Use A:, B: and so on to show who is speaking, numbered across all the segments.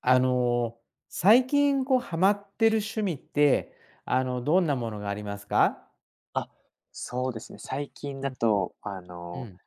A: あの、最近こうハマってる趣味って、どんなものがありますか？
B: あ、そうですね。最近
A: う
B: だ
A: ん、
B: と、
A: うん、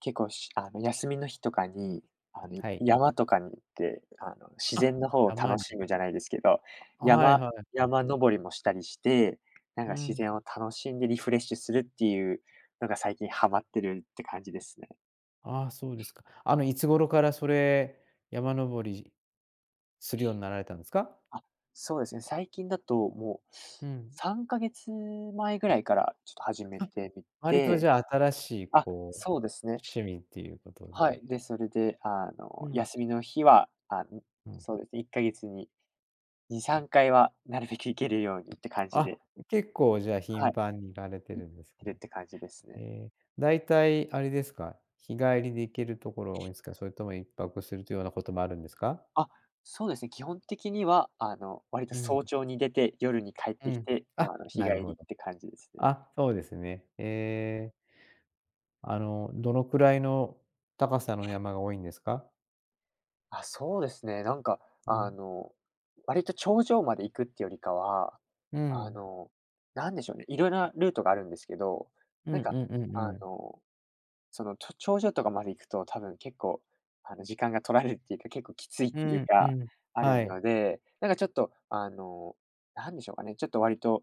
B: 結構し休みの日とかに、
A: はい。
B: 山とかに行って、自然
A: あ、
B: の方を
A: 山
B: 楽
A: に。
B: しむじゃないですけど、
A: はい
B: 山
A: はいはい。
B: 山登りもしたりして、なん
A: う
B: か自
A: ん。
B: 然を楽しんでリフレッシュするっていうのが最近ハマってるって感じですね。
A: ああ、そうですか。いつ頃からそれ、山登りするようになられたんですか？
B: あ、そうですね。最近だともう
A: うん。
B: 3ヶ月前ぐらいからちょっと始め
A: あ、
B: てみ
A: 割とじ
B: て、
A: ゃあ新しい
B: あ、
A: こう、
B: そうですね。
A: 趣味っていうこと
B: は
A: で。
B: い、で、それで、
A: うん、
B: 休みの日は、
A: うん。
B: そうですね、1ヶ月に2、3回はなるべく行けるようにって感じ
A: あ、
B: で、
A: 結構じゃあ
B: は
A: 頻
B: い、
A: 繁に行かれてるんです
B: いるっ
A: ね。
B: て感じです
A: え
B: ね。
A: え、大体あれですか、日帰りで行けるところが多いんですか？それとも一泊するというようなこともあるんですか？
B: あ、そうですね、基本的には、割と
A: うん、
B: 早朝に出て、夜に帰っ
A: う
B: てき
A: ん。
B: て、
A: あ、
B: 日
A: なる
B: 帰り
A: ほ
B: っ
A: ど。
B: て感じですね。
A: あ、そうですね。ええ、どのくらいの高さの山が多いんですか？
B: あ、そうですね、なんか、
A: う
B: あ
A: ん。
B: の、割と頂上まで行くってよりかは、
A: う
B: あ
A: ん。
B: の、なんでしょうね、いろいろなルートがあるんですけど、
A: う
B: な
A: んう
B: んか、
A: んうんう
B: あ
A: ん。
B: のその、頂上とかまで行くと、多分結構、時間が取られるっていうか、結構きついっ
A: う
B: ていう
A: んう
B: か、
A: ん。
B: ある
A: はい。
B: ので、なんかちょっと、なんでしょうかね、ちょっと割と、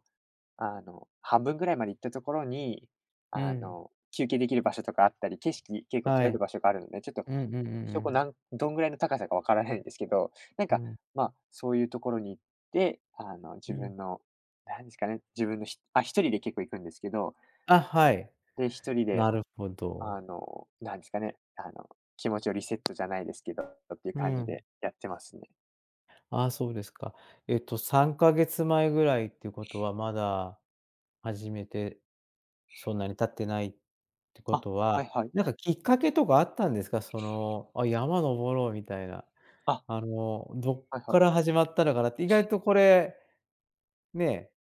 B: 半分ぐらいまで行ったところに、
A: うん。
B: 休憩できる場所とかあったり、景色結構
A: は
B: 取れ
A: い。
B: る場所があるので、ちょっと、
A: うんうんうん
B: そ
A: う
B: こ
A: ん。
B: どんぐらいの高さかわからないんですけど、なん
A: う
B: か、
A: ん、
B: まあ、そういうところに行って、
A: う
B: 自
A: ん。
B: 分の、なんですかね、自分の一人で結構行くんですけど、
A: あ、はい。
B: で、一人で
A: なるほど。
B: なんですかね、気持ちをリセットじゃないですけどっていう
A: う
B: 感じ
A: ん。
B: でやってますね。
A: ああ、そうですか。えっと、3ヶ月前ぐらいっていうことは、まだ始めてそんなに経ってないってこ
B: あ、
A: と
B: はい
A: は、
B: はい。
A: なんかきっかけとかあったんですか？その、あ、山登ろうみたいな。
B: あ、
A: どっ
B: はいは
A: から
B: い。
A: 始まったのかなって、意外とこれ、ね、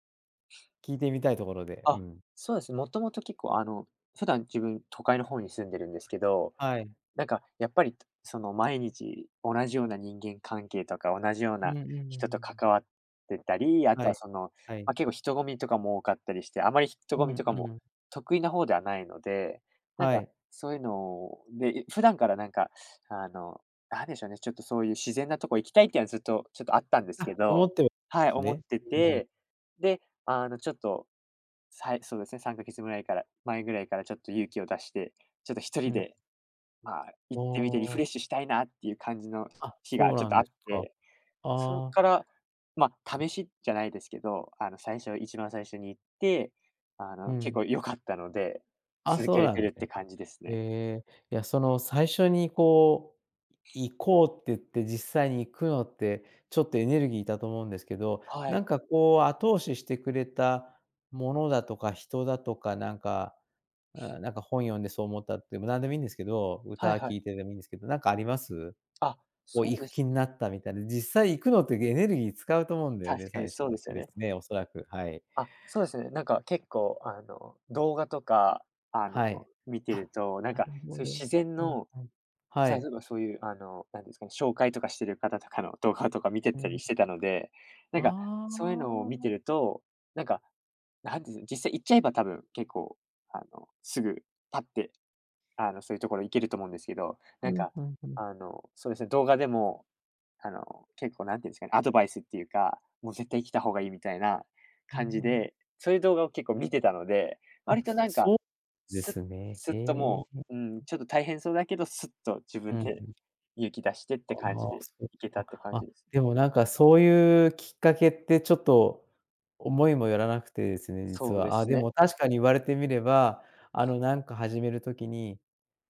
A: 聞いてみたいところで、う
B: あ、
A: ん。
B: そうですね、もともと結構普段自分都会の方に住んでるんですけど、
A: はい。
B: なんか、やっぱり、その、毎日同じような人間関係とか、同じよう
A: う
B: な
A: んうんうんう
B: 人と
A: ん。
B: 関わってたり、あと
A: は
B: は、
A: い。
B: その、
A: はい。
B: まあ、結構人混みとかも多かったりして、あまり人
A: う
B: 混
A: んう
B: みとかも
A: ん。
B: 得意な方ではないので、なん
A: は
B: か、
A: い。
B: そういうので、普段からなんか、あの、なんでしょうね、ちょっとそういう自然なとこ行きたいっていうのはずっとちょっとあったんです
A: あ、
B: け
A: 思
B: ど、
A: っては
B: は
A: で
B: い、
A: す
B: 思っ
A: ね。
B: て
A: うんうん。
B: て、で、ちょっと、はいそうですね、3ヶ月ぐらいから前ぐらいからちょっと勇気を出して、ちょっと一
A: う
B: 人
A: ん。
B: でまあ、行ってみてリフレッ
A: あ
B: シュしたいなっていう感じの
A: あ、あ、
B: 日
A: そ
B: が
A: う
B: ちょっ
A: なん
B: とあ
A: で
B: っ
A: すか。
B: て、それ
A: あ
B: か
A: あ。
B: ら、まあ、試しじゃないですけど、一番最初に行って、
A: う
B: 結
A: ん。
B: 構良かったので、
A: あ、
B: 続
A: そ
B: け
A: う
B: れ
A: な
B: て
A: ん
B: る
A: で
B: っ
A: す
B: て
A: ね。
B: 感じですね。
A: ええ。いや、その最初にこう、行こうって言って実際に行くのって、ちょっとエネルギーいったと思うんですけど、
B: は
A: な
B: い。
A: んかこう後押ししてくれたものだとか人だとか、なんか、あ、なんか本読んでそう思ったって、も何でもいいんですけど、
B: は
A: 歌
B: いは
A: 聴
B: い。
A: いてでもいいんですけど、なんかあります？
B: あ、
A: こう
B: そ
A: 行
B: うで
A: く
B: す。
A: 気になったみたいな、実際行くのってエネルギー使うと思うんだよ
B: 確
A: ね、
B: か
A: 最
B: に
A: 初
B: そ
A: っ
B: うです
A: て
B: よ
A: で
B: ね。
A: すね、おそらく、はい。
B: あ、そうですね。なんか結構、動画とか、
A: はい。
B: 見て
A: あ、
B: ると、なん
A: な
B: か
A: るほ
B: そういう自
A: ど。
B: 然
A: うん
B: の
A: うん。は
B: さい
A: い。
B: ぞそういう、なんですかね、紹介とかしてる方とかの動画とか見て
A: う
B: たり
A: ん。
B: してたので、なんか、
A: あ
B: そういうのを見てる
A: あ。
B: と、なんか、なんていうんです実際行っちゃえば多分結構、すぐパッて、そういうところ行けると思うんですけど、
A: う
B: なん
A: ん
B: か、
A: うんうん。
B: そうですね、動画でも、結構なんていうんですかね、アドバイスっていうか、もう絶対来た方がいいみたいな
A: うん
B: 感じ
A: うん。
B: で、そういう動画を結構見てたので、
A: あ、
B: 割となんか、
A: そうで
B: すっ
A: すね。
B: す
A: へ
B: っと
A: え。
B: もう、うん、ちょっと大変そうだけど、すっと自
A: う
B: 分
A: んう
B: で
A: ん。
B: 勇気出してっ
A: あ
B: て感じで
A: あ、そっ
B: 行けたって
A: か。
B: 感
A: あ、
B: じです。
A: でもなんかそういうきっかけってちょっと思いもよらなくてですね、実
B: そうで
A: は。あ、
B: す
A: で
B: ね。
A: も確かに言われてみれば、あのなんか始める時に、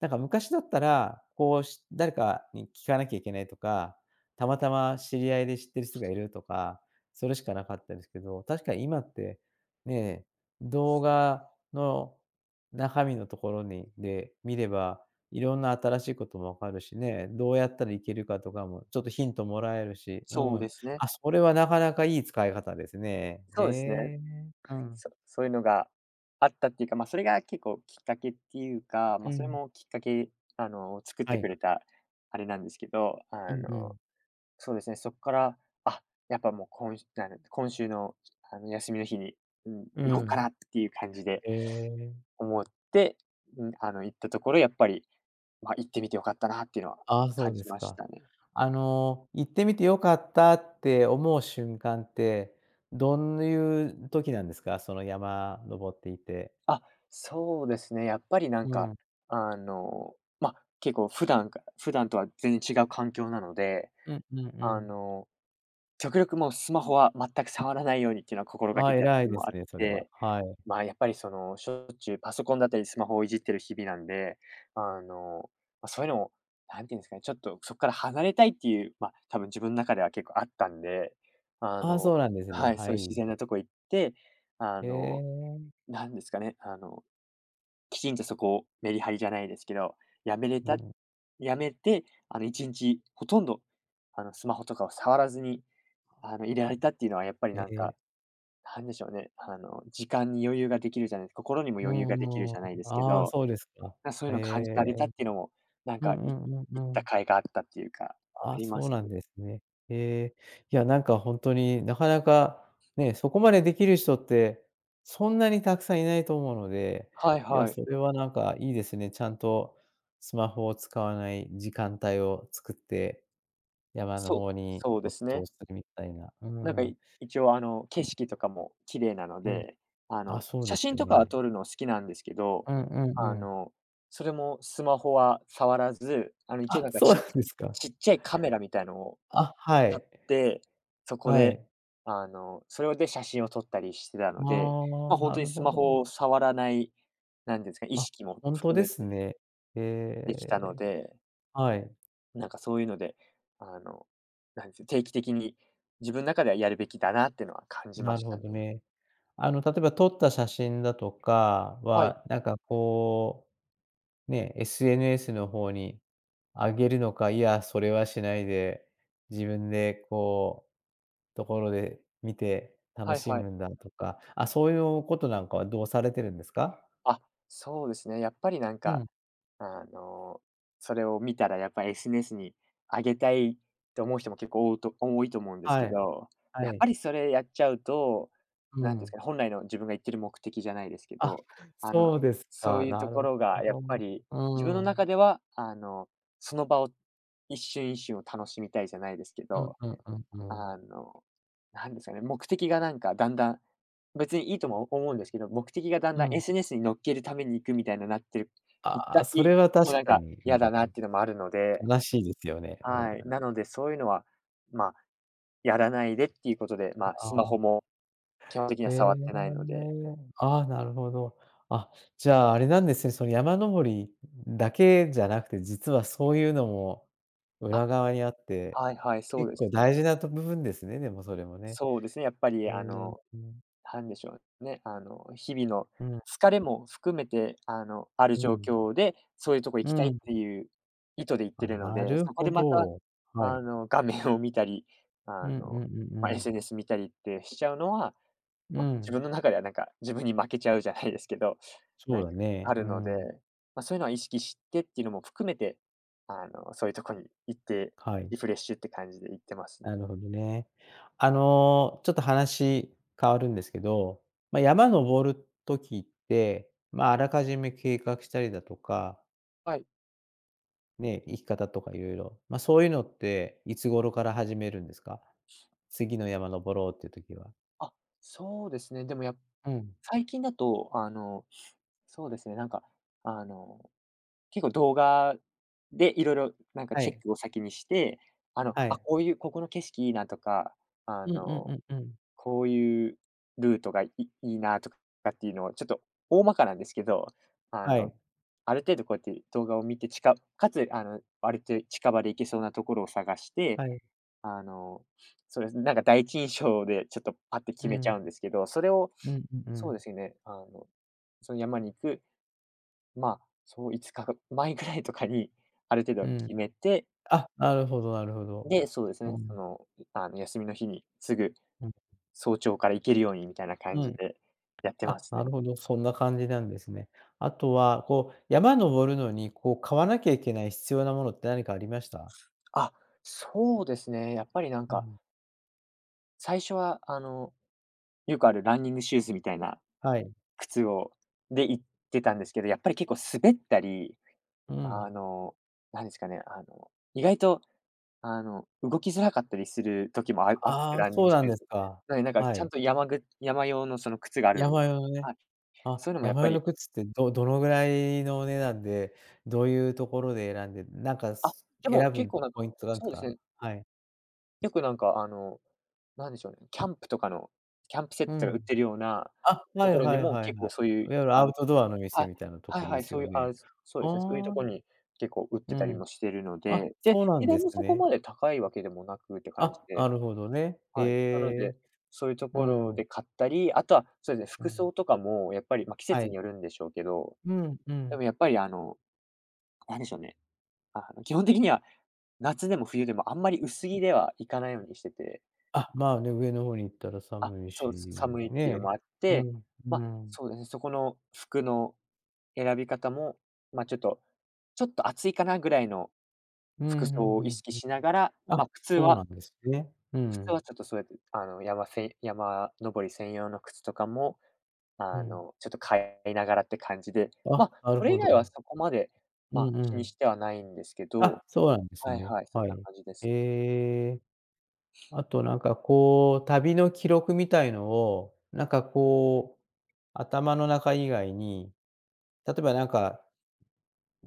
A: なんか昔だったら、こうし誰かに聞かなきゃいけないとか、たまたま知り合いで知ってる人がいるとか、それしかなかったですけど、確かに今って、ね、動画の中身のところにで見ればいろんな新しいことも分かるしね、どうやったらいけるかとかも、ちょっとヒントもらえるし、う
B: そう
A: ん。
B: ですね。
A: あ、それはなかなかいい使い方ですね。
B: そ
A: え
B: うですね。
A: え、うん。
B: そういうのがあったっていうか、まあ、それが結構きっかけっていうか、
A: う
B: まあ、それ
A: ん。
B: もきっかけ、作っ
A: は
B: てく
A: い。
B: れたあれなんですけど、
A: うんうん。
B: そうですね、そこから、あ、やっぱもう今週の、休みの日に、うん、
A: う
B: 行こっか
A: ん。
B: なっていう感じで
A: ええ。
B: 思って、ん、行ったところ、やっぱり、まあ、行ってみてよかったなっていうのは
A: ああ、そう
B: 感
A: で
B: じ
A: す
B: まし
A: か。
B: たね。
A: 行ってみて良かったって思う瞬間って、どんいう時なんですか？その山登っていて。
B: あ、そうですね、やっぱりなん
A: う
B: か、
A: ん。
B: あの、まあ、結構普段とは全然違う環境なので、
A: うんうんう
B: あ
A: ん。
B: の、極力もうスマホは全く触らないようにっていうのは心が
A: あ
B: け
A: あ、
B: てやっ
A: 偉
B: て
A: い
B: るの
A: で
B: も
A: す
B: あっ
A: ね、それは。
B: て、
A: はい。
B: まあ、やっぱりその、しょっちゅうパソコンだったりスマホをいじってる日々なんで、あの、まあ、そういうのを、なんていうんですかね、ちょっとそこから離れたいっていう、まあ、多分自分の中では結構あったんで、あ
A: ああ、
B: の
A: そうなんですね。
B: はい、
A: は
B: そういう自
A: い。
B: 然なとこ行って、あ
A: へ
B: の、
A: え。
B: なんですかね、きちんとそこをメリハリじゃないですけど、やめれ
A: う
B: た
A: ん。
B: やめて、1日ほとんど、スマホとかを触らずに、入れられたっていうのはやっぱり
A: え
B: なんか、
A: え、
B: なんでしょうね、時間に余裕ができるじゃない心にも
A: う
B: 余裕ができる
A: ん
B: じ
A: うん。
B: ゃないですけ
A: ああ、
B: ど、
A: そうですか。
B: そうい
A: え
B: うの感じられたっ
A: え。
B: ていうのも、なん
A: うん
B: か、
A: うんうん
B: 行っ
A: う
B: た
A: ん。
B: 甲斐があったっていうか、
A: あ
B: あ
A: あ、
B: りま
A: そう
B: す
A: なん
B: ね。
A: ですね。ええ。いや、なんかほんとになかなか、ね、そこまでできる人って、そんなにたくさんいないと思うので、
B: はい
A: いや、
B: はい。
A: それはなんかいいですね。ちゃんとスマホを使わない時間帯を作って、山の
B: そう、
A: 方に
B: そうで
A: 没
B: す
A: 頭
B: ね。
A: するみたいな。う
B: なんか、
A: ん。
B: 一応、景色とかも綺麗なの
A: うん。
B: で、
A: あ、そう
B: 写
A: です
B: 真
A: よ
B: とかは
A: ね。
B: 撮るの好きなんですけど、
A: うんうんう
B: あ
A: ん。
B: の、それもスマホは触らず、一応
A: あ、
B: なんか、
A: そうなんですか。
B: ちっちゃいカメラみたいのを
A: あ、は
B: 買
A: い。
B: って、そこ
A: は
B: で、
A: い。
B: それで写真を撮ったりしてたので、
A: ああ、
B: まあ、ほん
A: な
B: とに
A: る
B: ス
A: ほ
B: マ
A: ど。
B: ホを触らない、なんですか、意
A: あ、
B: 識も
A: ほんと
B: 含
A: で
B: め
A: す
B: て
A: ね。
B: でき
A: え
B: たの
A: え、
B: で、
A: はい、
B: なんかそういうので、あの、なんです、定期的に自分中ではやるべきだなってのは感じま
A: なる
B: し
A: ほ
B: たね。
A: どね。例えば撮った写真だとか
B: はい。
A: は、なんかこう、ね、SNS の方に上げるのか、いや、それはしないで、自分でこう、ところで見て楽
B: はい
A: し
B: はい。
A: むんだとか、あ、そういうことなんかはどうされてるんですか？
B: あ、そうですね。やっぱりなん
A: う
B: か、
A: ん、
B: あの、それを見たらやっぱり SNS に上げたいと思う人も結構多いと多いと思うんです
A: は
B: け
A: い、
B: ど、
A: は
B: やっ
A: い、
B: ぱりそれやっちゃうと、
A: う
B: なんです
A: ん。
B: かね、本来の自分が言ってる目的じゃないですけ
A: あ、
B: ど、あの、
A: そうです
B: そう
A: か。
B: いう
A: な
B: と
A: る
B: ころ
A: ほ
B: がやっぱ
A: ど。
B: り自分の
A: うん。
B: 中では、その場を一瞬一瞬を楽しみたいじゃないですけ
A: うん
B: ど、
A: うんうんうん。
B: あの、なんですかね、目的がなんかだんだん、別にいいとも思うんですけど、目的がだん
A: う
B: だん
A: ん。
B: SNS に乗っけるために行くみたいななってる、いっ
A: あ
B: た
A: あ、そ
B: い
A: れは
B: もう
A: 確
B: なん
A: か
B: か
A: に、う
B: 嫌
A: ん
B: だなっ
A: う
B: ていうのもあるので、
A: ん、悲しいですよね。うん。
B: はい。
A: あ
B: なのでそういうのは、まあ、やらないでっていうことで、まあ、スマ
A: あ、
B: ホも基本的に
A: へ
B: は触ってないの
A: え。
B: で。
A: ああ、なるほど。あ、じゃあ、あれなんですね、その山登りだけじゃなくて、実はそういうのも
B: あ、
A: 裏側にあって、
B: はいはい、そう
A: 結
B: です
A: 構
B: ね。
A: 大事なと部分ですね、でもそれもね。
B: そうですね、やっぱ
A: え
B: り
A: え、
B: あの
A: うん、
B: なんでしょうね、あの、日々の
A: うんうん。
B: 疲れも含めて、ある状況で、そういうとこ行きた
A: う
B: いっ
A: ん。
B: ていう意図で行っ
A: あ、
B: てるの
A: な
B: で、
A: る
B: そこ
A: ほ
B: でまた、
A: ど。はい。
B: 画面を見たり、
A: うん
B: あ
A: うん
B: の、
A: うんうん。
B: SNS 見たりってしちゃうのは、
A: う
B: ま、自分
A: ん。
B: の中ではなんか、自分に負けちゃうじゃないですけど、
A: そ
B: な
A: う
B: ん
A: だ
B: か
A: ね。
B: あ
A: う
B: るので、
A: ん。
B: ま、そういうのは意識してっていうのも含めて、そういうとこに行って、
A: はい。
B: リフレッシュって感じで行ってますね。
A: なるほどね。ちょっと話変わるんですけど、ま、山登る時って、ま、あらかじめ計画したりだとか、
B: はい。
A: ね、行き方とか色々、ま、そういうのって、いつ頃から始めるんですか？次の山登ろうっていう時は。
B: あ、そうですね。でもやっ
A: うん。
B: 最近だと、そうですね、なんか、あの、結構動画でいろいろなんか
A: は
B: チェッ
A: い。
B: クを先にして、
A: は
B: あ、
A: い。
B: こういう、ここの景色いいなとか、あ
A: うんうん
B: の、
A: うんうん。
B: こういうルートがいいなとかっていうのをちょっと大まかなんですけど、あ
A: は
B: の、
A: い。
B: ある程度こうやって動画を見て近かかつ、割と近場で行けそうなところを探して、
A: はい。
B: あの、そうですね、なんか第一印象でちょっとパッて
A: う
B: 決めちゃ
A: ん。
B: うんですけど、それを、
A: うんうんう
B: そうで
A: ん。
B: すね、その山に行く、まあ、そう5日前ぐらいとかにある程
A: う
B: 度
A: ん。
B: 決めて、
A: あ、なるほどなるほど。
B: で、そうですね、
A: うん。
B: 休みの日にすぐ
A: うん。
B: 早朝から行けるようにみたいな感
A: う
B: じ
A: ん。
B: でやってま
A: あ、
B: すね。
A: なるほど、そんな感じなんですね。あとは、こう、山登るのに、こう、買わなきゃいけない必要なものって何かありました？
B: あ、そうですね、やっぱりなん
A: う
B: か、
A: ん。
B: 最初はよくあるランニングシューズみたいな
A: はい。
B: 靴をで行ってたんですけど、やっぱり結構滑ったり
A: う
B: あ
A: ん。
B: の、なんですかね、あの、意外と、動きづらかったりする時もああって、
A: ああ、
B: ランニン
A: そう
B: グシ
A: なん
B: ュー
A: です
B: ズ。
A: か。
B: なので、なんか
A: は
B: ちゃん
A: い。
B: と山用のその靴があるんで
A: 山
B: す。
A: 用のね。
B: はい。
A: あ、
B: そういうのもやっ
A: 山
B: ぱ
A: 用の
B: り、
A: 靴ってどどのぐらいのお値段で、どういうところで選んで、なんか、
B: あ、
A: す
B: でも
A: 選
B: 結
A: ぶ
B: 構なんか、
A: ポイントなんす
B: そうです
A: か？
B: ね、
A: はい。
B: よくなんかあの、なんでしょうね、キャンプとかの、キャンプセッ
A: う
B: トが売っ
A: ん。
B: てるような
A: あ、は
B: と
A: い
B: ころに
A: はい
B: も
A: はいはい。
B: 結
A: い
B: 構
A: わ
B: そういう、
A: ゆる
B: あ
A: アウ
B: の
A: トドアの店
B: はい、
A: みたいなと
B: はい
A: ころ
B: は
A: で
B: い、
A: す
B: そう
A: よ
B: いう、
A: ね。
B: あ、そうですね、そういうと
A: あ
B: こ
A: あ、
B: に結構売って
A: う
B: たり
A: ん。
B: もしてるの
A: あ、
B: で、で、
A: そうな
B: 値
A: んで
B: 段
A: す
B: もそこ
A: ね。
B: まで高いわけでもなくって感じ
A: あ、な
B: で、
A: るほどね。へ
B: はい。なので、
A: え。
B: そういうと
A: う
B: ころ
A: ん、
B: で買ったり、あとは、そうですね、
A: う
B: 服
A: ん。
B: 装とかもやっぱり、まあ、季
A: は
B: 節
A: い。
B: によるんでしょうけど、
A: うん、う
B: で
A: ん。
B: もやっぱりあの、なんでしょうね、あの、基本的には夏でも冬でもあんまり薄着ではいかないようにしてて、
A: あ、まあね、上の方に行ったら
B: あ、
A: 寒い
B: そ
A: し、
B: う、寒いっていう
A: ね。
B: のもあっ
A: う
B: て、
A: ん、
B: ま
A: う
B: あ、
A: ん。
B: そうですね、そこの服の選び方も、まあ、ちょっと暑いかなぐらいの
A: うん、
B: 服
A: う
B: 装
A: んう
B: を意
A: ん
B: 識
A: うん。
B: しながら、
A: あ、
B: まあ、靴
A: そう
B: は
A: なんですね。う
B: 靴
A: ん、
B: はちょっとそうやって、あの、山せん山登り専用の靴とかも
A: うん。
B: ちょっと変えながらって感じで、
A: あ、
B: ま、
A: なる
B: それ
A: ほ
B: 以外は
A: ど。
B: そこまで、
A: う
B: ま、
A: んう
B: 気に
A: ん。
B: してはないんですけど、
A: あ、そうなんです
B: はい
A: ね。
B: はい、そん
A: は
B: な
A: い。
B: 感じですね。
A: ええ、あとなんかこう、旅の記録みたいのを、なんかこう、頭の中以外に、例えばなんか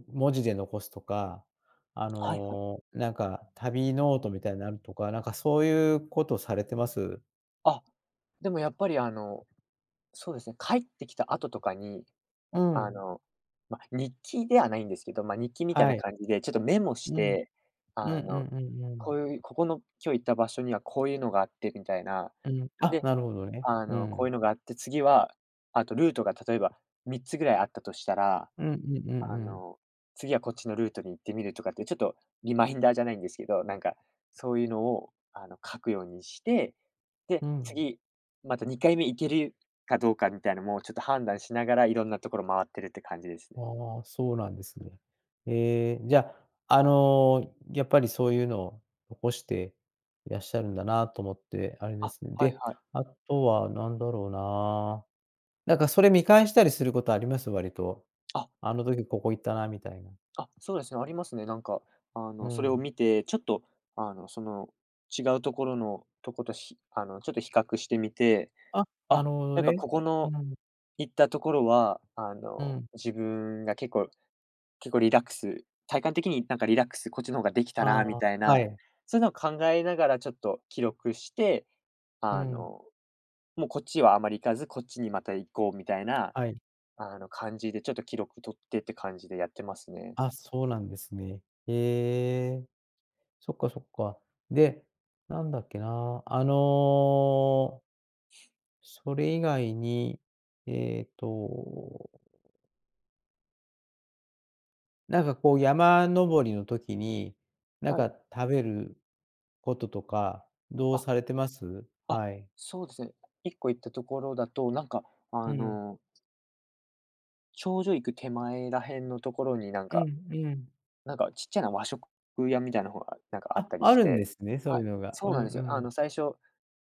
A: 文字で残すとか、
B: はいはい。
A: なんか旅ノートみたいなのとか、なんかそういうことされてます？
B: あ、でもやっぱりそうですね、帰ってきた後とかに、
A: う
B: あ
A: ん。
B: の、ま、日記ではないんですけど、ま、日記みたい
A: は
B: な
A: い。
B: 感じでちょっとメモし
A: うん。うん
B: て、
A: う
B: あの、
A: んうんうん。
B: こういう、ここの今日行った場所にはこういうのがあってみたいな、
A: うん。あ、
B: で、
A: なるほどね。う
B: こ
A: ん。
B: ういうのがあって、次は、あとルートが例えば3つぐらいあったとしたら
A: うんうんう
B: あ
A: んうん。
B: の、次はこっちのルートに行ってみるとかって、ちょっとリマインダーじゃないんですけど、なんかそういうのをあの書くようにして、で、
A: うん。
B: 次、また2回目行けるかどうかみたいなのもちょっと判断しながら、いろんなところ回ってるって感じですね。
A: ああ、そうなんですね。ええ、じゃあ、やっぱりそういうのを残していらっしゃるんだなと思って、あれで
B: あ、
A: すね。
B: はい
A: で、
B: はい。
A: あとは何だろうな。なんかそれ見返したりすることあります？割と。
B: あ、
A: あの時ここ行ったなみたいな。
B: あ、そうですね、ありますね。なんか、
A: う
B: それを
A: ん。
B: 見て、ちょっと、あの、その、違うところのとことしあの、ちょっと比較してみて、
A: あ、な
B: あ、
A: るほど
B: なん
A: ね。
B: かここ
A: う
B: の
A: ん、
B: 行ったところは、
A: うん。
B: 自分が結構リラックス、体感的になんかリラックス、こっちの方ができた
A: あ
B: なみ
A: あ、
B: たい
A: は
B: な、
A: い。
B: そういうのを考えながらちょっと記録して、
A: う
B: あ
A: ん、
B: の、もうこっちはあまり行かず、こっちにまた行こうみたいな、
A: はい。
B: 感じでちょっと記録取ってって感じでやってますね。
A: あ、そうなんですね。へえ、そっかそっか。で、なんだっけな、それ以外に、えっと、なんかこう山登りの時に、なん
B: はい。
A: か食べることとか、どう
B: あ、
A: されてます？
B: あ、
A: はい。
B: そうですね。1個行ったところだと、
A: う
B: あ
A: ん。
B: の、頂上行く手前ら辺のところになん
A: う
B: か、
A: んうん。
B: なんかちっちゃな和食屋みたいな方がなんかあっ
A: あ、
B: たり
A: あ
B: し
A: るんで
B: て、
A: すね、そう
B: は
A: いう
B: い、
A: のが。
B: そ
A: う
B: うな
A: ん
B: ん
A: う
B: ですよ。
A: ん。
B: 最初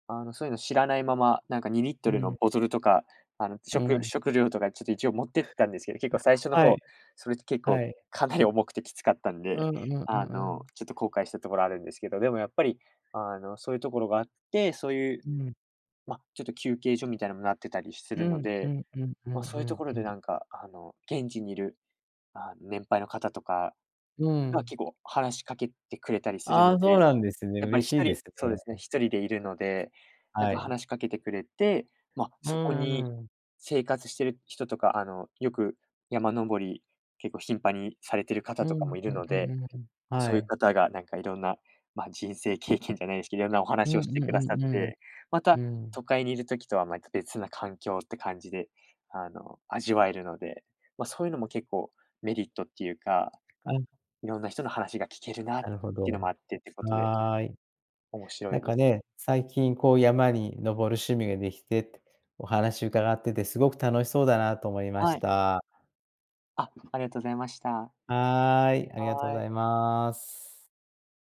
B: そういうの知らないまま、なんか2リッ
A: う
B: トルの
A: ん、
B: ボトルとか、あの、
A: うん。
B: 食料とかちょっと一応持ってったんですけど、結構最初の
A: は
B: 方、
A: い、
B: それって結
A: は
B: 構
A: い。
B: かなり重くてきつかったん
A: う
B: で、
A: んうんうんうん。
B: ちょっと後悔したところあるんですけど、でもやっぱり、そういうところがあって、そういう、
A: うん。
B: ま、ちょっと休憩所みたいなのもなってたりす
A: う
B: るの
A: んう
B: で、
A: んうんう
B: ま、
A: ん
B: そ
A: う
B: ういうと
A: ん
B: ころ
A: う
B: で
A: ん。
B: なんか、あの、現地にいる、年配の方とか
A: う
B: が
A: ん。
B: 結構話しかけてくれたりする
A: あ
B: の
A: あ、そう
B: で、
A: なんですね。
B: やっぱり
A: 嬉
B: 一
A: しいで
B: 人
A: す
B: そうですね、
A: ね。
B: 一人でいるので、なん
A: は
B: か
A: い。
B: 話しかけてくれて、ま、
A: う
B: そこ
A: ん
B: に
A: うん。
B: 生活してる人とか、あの、よく山登り、結構頻繁にされてる
A: う
B: 方とか
A: んう
B: も
A: ん
B: いるの
A: うん
B: で、
A: うん。うん。は
B: そういう
A: い。
B: 方がなんかいろんな、ま、人生経験じゃないですけど、いろんなお
A: うん
B: 話を
A: う
B: し
A: ん
B: てくだ
A: う
B: さっ
A: んうん。
B: て、また
A: うん。
B: 都会にいる時とはまた別な環境って感じで、味わえるので、ま、そういうのも結構メリットっていうか、
A: あ、
B: いろんな人の話が聞けるなっ
A: な
B: て
A: るほ
B: いうの
A: ど。
B: もあってってことで、
A: はい。
B: 面白
A: なん
B: いで
A: か
B: す。
A: ね、最近こう山に登る趣味ができてって、お話伺っててすごく楽しそうだなと思いまし
B: はい。
A: た。
B: あ、ありがとうございました。
A: はーい、ありがとうご
B: は
A: ざ
B: い。
A: います。